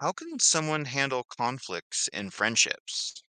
How can someone handle conflicts in friendships?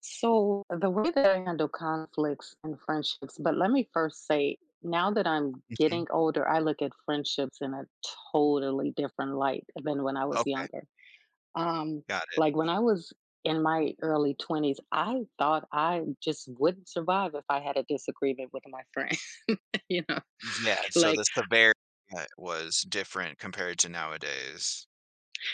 So, the way that I handle conflicts and friendships, but let me first say, now that I'm Mhm. getting older, I look at friendships in a totally different light than when I was Okay, younger. Um, got it. like when I was in my early 20s, I thought I just wouldn't survive if I had a disagreement with my friend, you know, Yeah, so like. the severity of it was different compared to nowadays.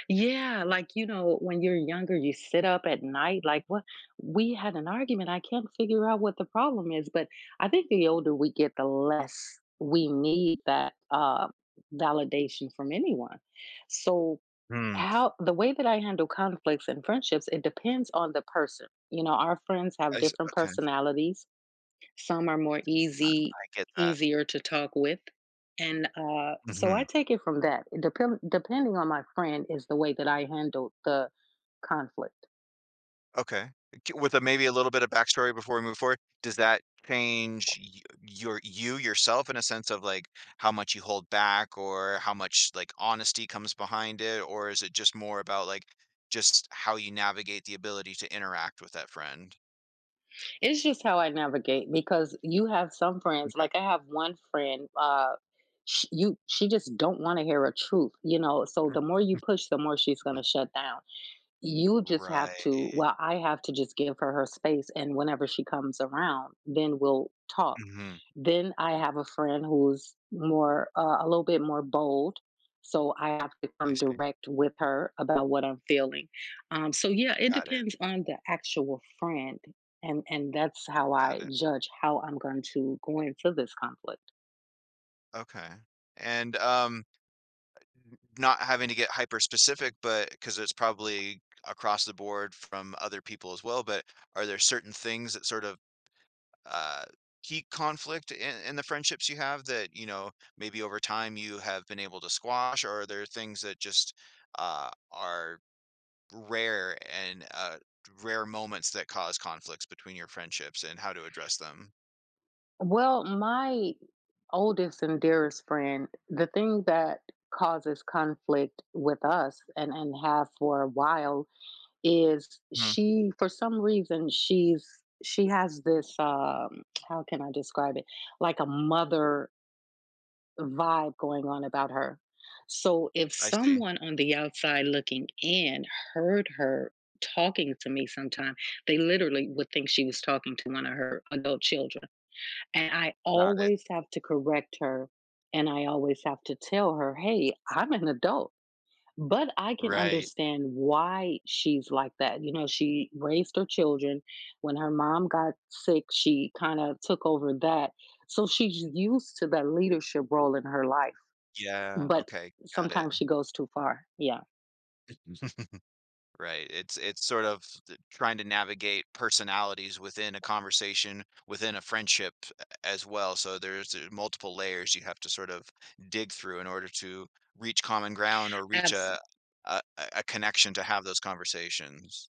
Yeah, like, you know, when you're younger, you sit up at night. Like, what? We had an argument. I can't figure out what the problem is. But I think the older we get, the less we need that validation from anyone. So, Hmm. how the way that I handle conflicts and friendships, it depends on the person. You know, our friends have I s different Okay, personalities. Some are more easy I get that. easier to talk with, and so I Mhm, take it from that. Depending on my friend is the way that I handle the conflict. okay. K with a maybe a little bit of backstory before we move forward, does that change y your you yourself in a sense of, like, how much you hold back or how much, like, honesty comes behind it? Or is it just more about, like, just how you navigate the ability to interact with that friend? It's just how I navigate, because you have some friends. Okay. Like, I have one friend, sh- you she just don't want to hear a truth, you know, so the more you push, the more she's going to shut down. You just have to, Right. well, I have to just give her her space, and whenever she comes around, then we'll talk. Mhm. Then I have a friend who's more a little bit more bold, so I have to I come see. direct with her about what I'm feeling. So yeah, it Got it, depends on the actual friend, and that's how got I it. judge how I'm going to go into this conflict. Okay. And, not having to get hyper specific, but because it's probably across the board from other people as well, but are there certain things that sort of, uh, peak conflict in the friendships you have that, maybe over time you have been able to squash, or are there things that just, are rare and, rare moments that cause conflicts between your friendships and how to address them? Well, my oldest and dearest friend, the thing that causes conflict with us, and have for a while, is she for some reason she's she has this how can I describe it? Like a mother vibe going on about her. So if I see. someone on the outside looking in heard her talking to me sometime, they literally would think she was talking to one of her adult children. And I Got it. always have to correct her, and I always have to tell her, "Hey, I'm an adult." But I can Right. understand why she's like that. You know, she raised her children. When her mom got sick, she kinda took over that. So she's used to that leadership role in her life, Yeah, but okay, got it. sometimes she goes too far. Yeah, Right, it's sort of t trying to navigate personalities within a conversation, within a friendship a as well, so there's, multiple layers you have to sort of dig through in order to reach common ground or reach a absolutely. a a a connection to have those conversations.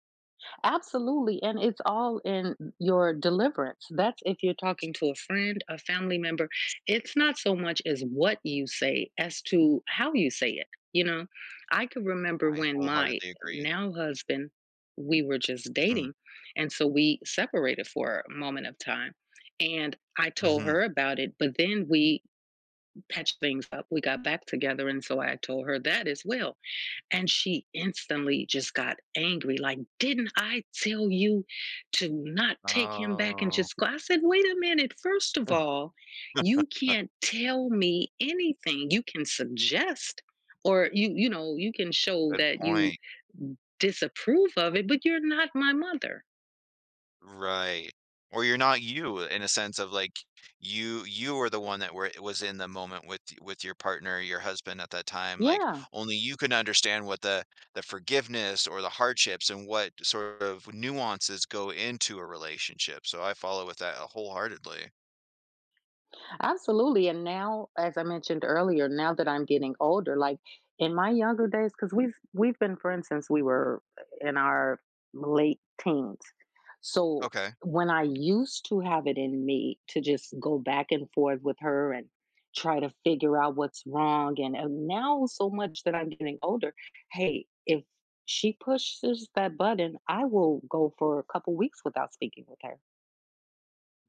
Absolutely, and it's all in your deliverance. That's if you're talking to a friend, a family member. It's not so much as what you say as to how you say it, you know? I could remember I when my wholeheartedly agree. now husband, we were just Mhm, dating, and so we separated for a moment of time. And I told mhm. her about it, but then we patched things up. We got back together, and so I told her that as well. And she instantly just got angry. Like, didn't I tell you to not take him back and Oh, just go? I said, wait a minute. First of all, you can't tell me anything. You can suggest, or you know, you can show good that you point. disapprove of it, but you're not my mother. Right. Or you're not you in a sense of like you were the one that were was in the moment with your partner, your husband at that time. Like Yeah. only you can understand what the forgiveness or the hardships and what sort of nuances go into a relationship. So I follow with that wholeheartedly. Absolutely. And now, as I mentioned earlier, now that I'm getting older, like in my younger days, because we've been friends since we were in our late teens. So Okay. when I used to have it in me to just go back and forth with her and try to figure out what's wrong, and now so much that I'm getting older, hey, if she pushes that button, I will go for a couple weeks without speaking with her.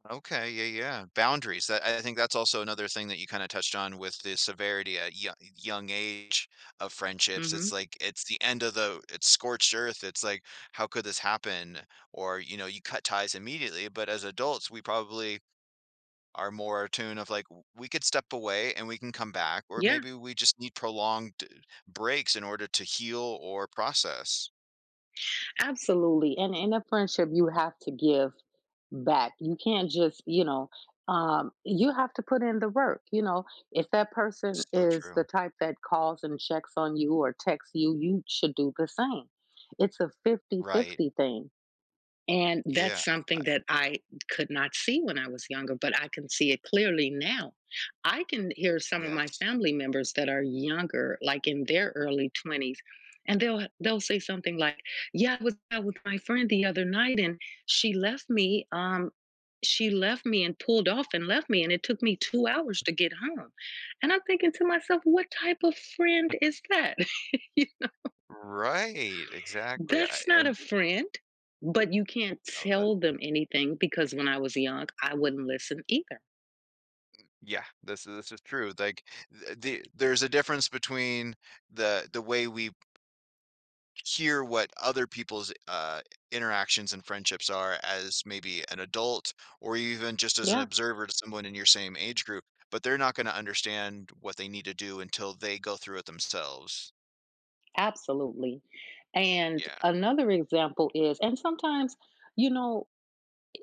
Okay, yeah, yeah. Boundaries. That I think that's also another thing that you kind of touched on with the severity at young, young age of friendships. Hmm. It's like it's the end of the it's scorched earth. It's like how could this happen? Or you cut ties immediately. But as adults, we probably are more attuned of like we could step away and we can come back, or Yeah. maybe we just need prolonged breaks in order to heal or process. Absolutely. And in a friendship, you have to give back. You can't just, you know, you have to put in the work. You know, if that person So is the true. type that calls and checks on you or texts you, you should do the same. It's a Right. 50-50 thing. And Yeah. that's I- something that I could not see when I was younger, but I can see it clearly now. I can hear some of my Yes. family members that are younger, like in their early 20s, and they'll say something like, "Yeah, I was out with my friend the other night and she left me um she left me and pulled off and left me and it took me 2 hours to get home." And I'm thinking to myself, "What type of friend is that?" Right, exactly. I- That's not a And friend, but you can't Oh, that tell them anything, because when I was young, I wouldn't listen either. yeah, this is true. Like the there's a difference between the way we hear what other people's interactions and friendships are as maybe an adult or even just as an Yeah, observer to someone in your same age group, but they're not going to understand what they need to do until they go through it themselves. absolutely. And Yeah. another example is, and sometimes, you know,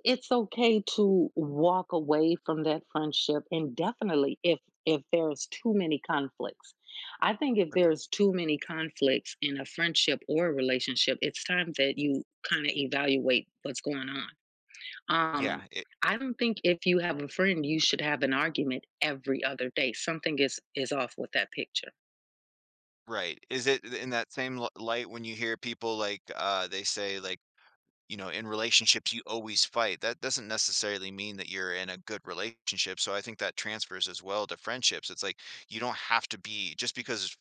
it's okay to walk away from that friendship indefinitely if there's too many conflicts. I think if Agree. there's too many conflicts in a friendship or a relationship, it's time that you kind of evaluate what's going on. Um, Yeah, I don't think if you have a friend, you should have an argument every other day. Something is off with that picture. right. Is it in that same light when you hear people like they say like in relationships, you always fight. That doesn't necessarily mean that you're in a good relationship. So I think that transfers as well to friendships. It's like you don't have to be just because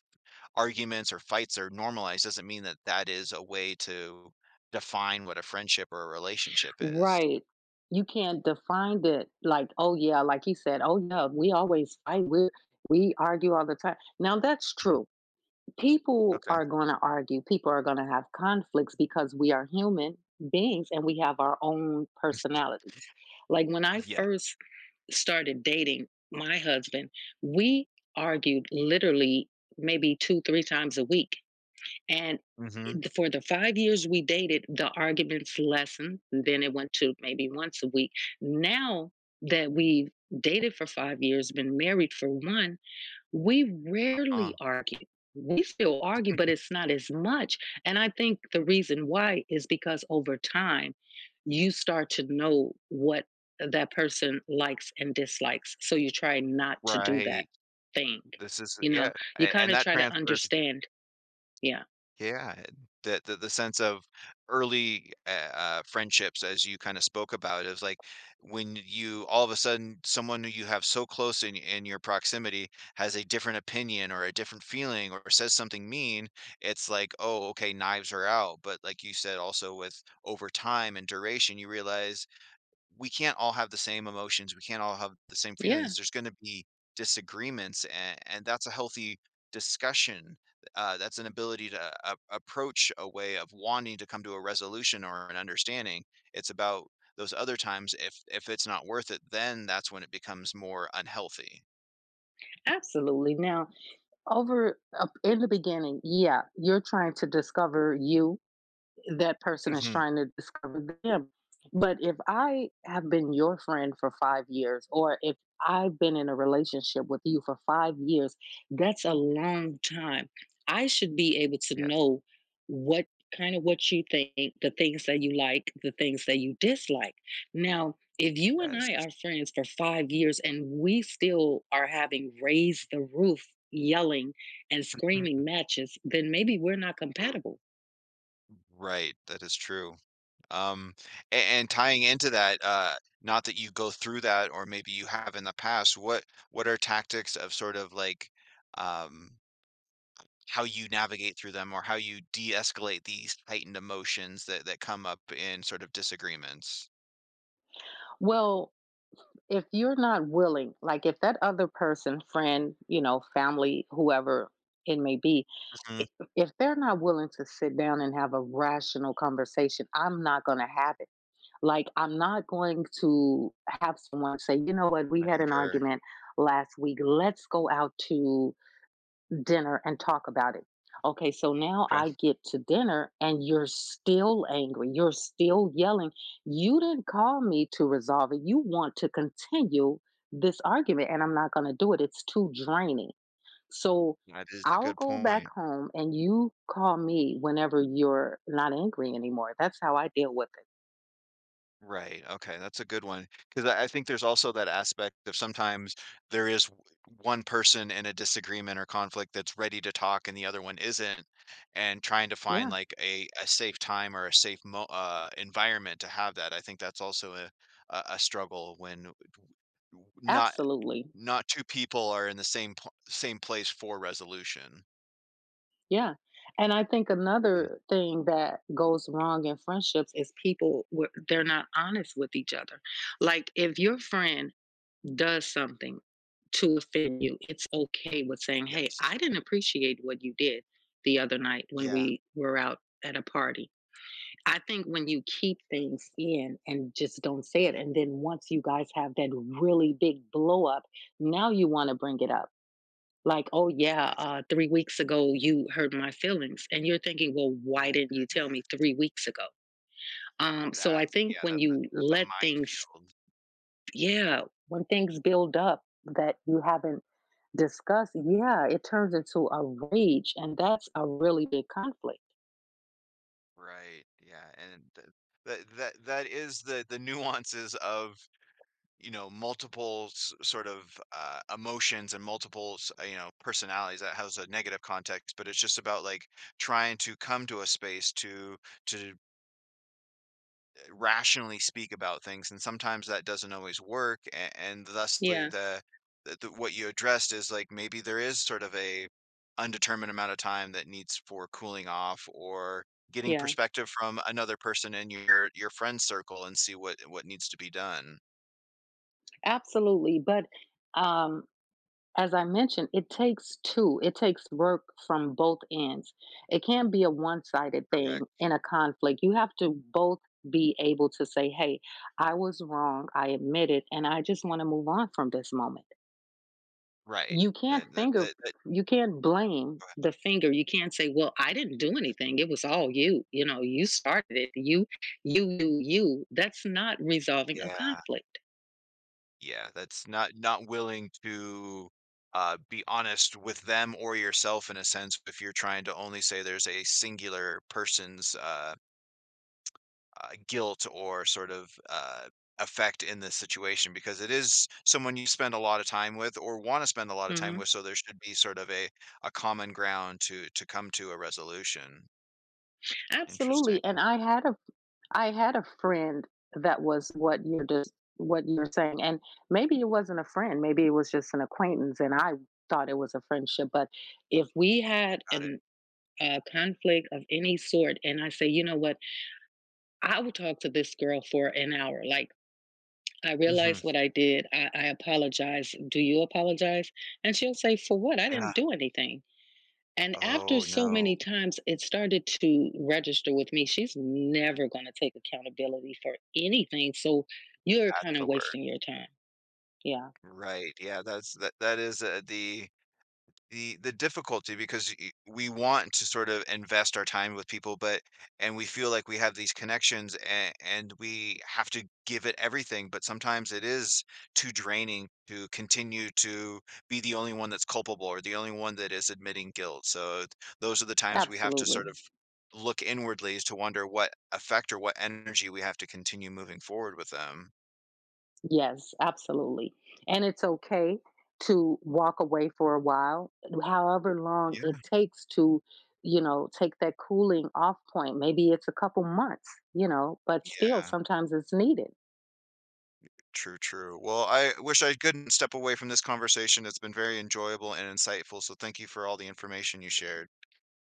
arguments or fights are normalized doesn't mean that that is a way to define what a friendship or a relationship is. Right. You can't define it like, oh yeah, like he said, oh yeah, we always fight. We argue all the time. Now that's Mhm. true. People Okay. are gonna argue, people are gonna have conflicts because we are human beings and we have our own personalities. Like when I Yeah. first started dating my husband, we argued literally maybe two, three times a week. And Hmm. for the 5 years we dated, the arguments lessened. Then it went to maybe once a week. Now that we've dated for 5 years, been married for one, we Uh, rarely argue. We still argue, but it's not as much. And I think the reason why is because over time, you start to know what that person likes and dislikes. So you try not to do that right. thing. This is You Yeah, know, you a- kind and of that try to transfers. understand. Yeah. Yeah, the sense of early, friendships as you kinda spoke about, is like when you all of a sudden, someone who you have so close in your proximity has a different opinion or a different feeling or says something mean, it's like, "Oh, okay, knives are out." But like you said, also with over time and duration, you realize we can't all have the same emotions. We can't all have the same Yeah, feelings. There's going to be disagreements, and that's a healthy discussion. That's an ability to a approach a way of wanting to come to a resolution or an understanding. It's about those other times. If it's not worth it, then that's when it becomes more unhealthy. absolutely. Now, over in the beginning, yeah, you're trying to discover you that person is Hmm. trying to discover them. But if I have been your friend for 5 years, or if I've been in a relationship with you for 5 years, that's a long time. I should be able to Yes. know what what you think, the things that you like, the things that you dislike. Now, if you and Yes. I are friends for 5 years and we still are having raised the roof yelling and screaming matches, then maybe we're not R- compatible. Right. That is true. Um, and tying into that, not that you go through that, or maybe you have in the past, what are tactics of sort of like um, how you navigate through them, or how you de-escalate these heightened emotions that come up in sort of disagreements? Well, if you're not willing, like if that other person, friend, you know, family, whoever it may be, Mhm, i- if they're not willing to sit down and have a rational conversation, I'm not going to have it. Like, I'm not going to have someone say, you know what, we I had an concur. argument last week. Let's go out to dinner and talk about it. Okay, so now Okay, I get to dinner and you're still angry. You're still yelling. You didn't call me to resolve it. You want to continue this argument, and I'm not going to do it. It's too draining. So that is a I'll good go back point. home and you call me whenever you're not angry anymore. That's how I deal with Right, okay, that's a good one, 'cause I think there's also that aspect of sometimes there is w one person in a disagreement or conflict that's ready to talk and the other one isn't, and trying to it. find, Yeah, like, a safe time or a safe mo environment to have that, I think that's also a struggle when w- not absolutely. not 2 people are in the same pl same place for resolution. Yeah, and I think Mm, another thing that goes wrong in friendships is people were they're not honest with each other. Like, if your friend does something to offend you, it's okay with saying, "Hey, yes. I didn't appreciate what you did the other night when Yeah, we were out at a party." I think when you keep things in and just don't say it, and then once you guys have that really big blow up, now you wanna bring it up. Like, "Oh, I yeah, think 3 weeks ago, you hurt my feelings," and you're thinking, "Well, why oh didn't you tell goodness, me 3 weeks ago?" So I think when that's a you that's a let things, minefield. yeah, when things build up that you haven't discussed, yeah, it turns into a rage, and that's a really big conflict. Right, yeah, and th that is the nuances of, multiple s sort of, emotions and multiple s personalities that has a negative context, but it's just about, like, trying to come to a space to to rationally speak about things, and sometimes that doesn't always work, and thusly Yeah, what you addressed is like maybe there is sort of a undetermined amount of time that needs for cooling off or getting yeah, perspective from another person in your friend circle and see what needs to be done. absolutely, but, um, as I mentioned, it takes two. It takes work from both ends. It can't be a one sided thing Correct. in a conflict. You have to both be able to say, hey, I was wrong. I admit it. And I just want to move on from this moment. Right. You can't That, that, finger, that, that, you can't blame the finger. You can't say, well, I didn't do anything. It was all you. You know, you started it. You. That's not resolving a yeah. conflict. Yeah, that's not willing to, be honest with them or yourself in a sense if you're trying to only say there's a singular person's, guilt or sort of, effect in this situation because it is someone you spend a lot of time with or wanna spend a lot of time Mhm. with, so there should be sort of a common ground to come to a resolution. Interesting, Absolutely. And I had a friend that was what you're saying, and maybe it wasn't a friend, maybe it was just an acquaintance, and I thought it was a friendship. But if we had got it. an a conflict of any sort, and I say, you know what, I will talk to this girl for an hour. Like, I Mhm, realized what I did. I apologize. Do you apologize? And she'll say, for what? I didn't yeah. do anything. And after Oh, so no, many times, it started to register with me. She's never going to take accountability for anything. So you're that's kind the of word. wasting your time. Yeah, Right, yeah, that is, the difficulty because we want to sort of invest our time with people but and we feel like we have these connections and we have to give it everything but sometimes it is too draining to continue to be the only one that's culpable or the only one that is admitting guilt so those are the times we have to absolutely. sort of look inwardly to wonder what effect or what energy we have to continue moving forward with them. Yes, absolutely. And it's okay to walk away for a while, however long Yeah, it takes to, you know, take that cooling off point. Maybe it's a couple months, you know, but still yeah. sometimes it's needed. True, true. Well, I wish I couldn't step away from this conversation. It's been very enjoyable and insightful, so thank you for all the information you shared.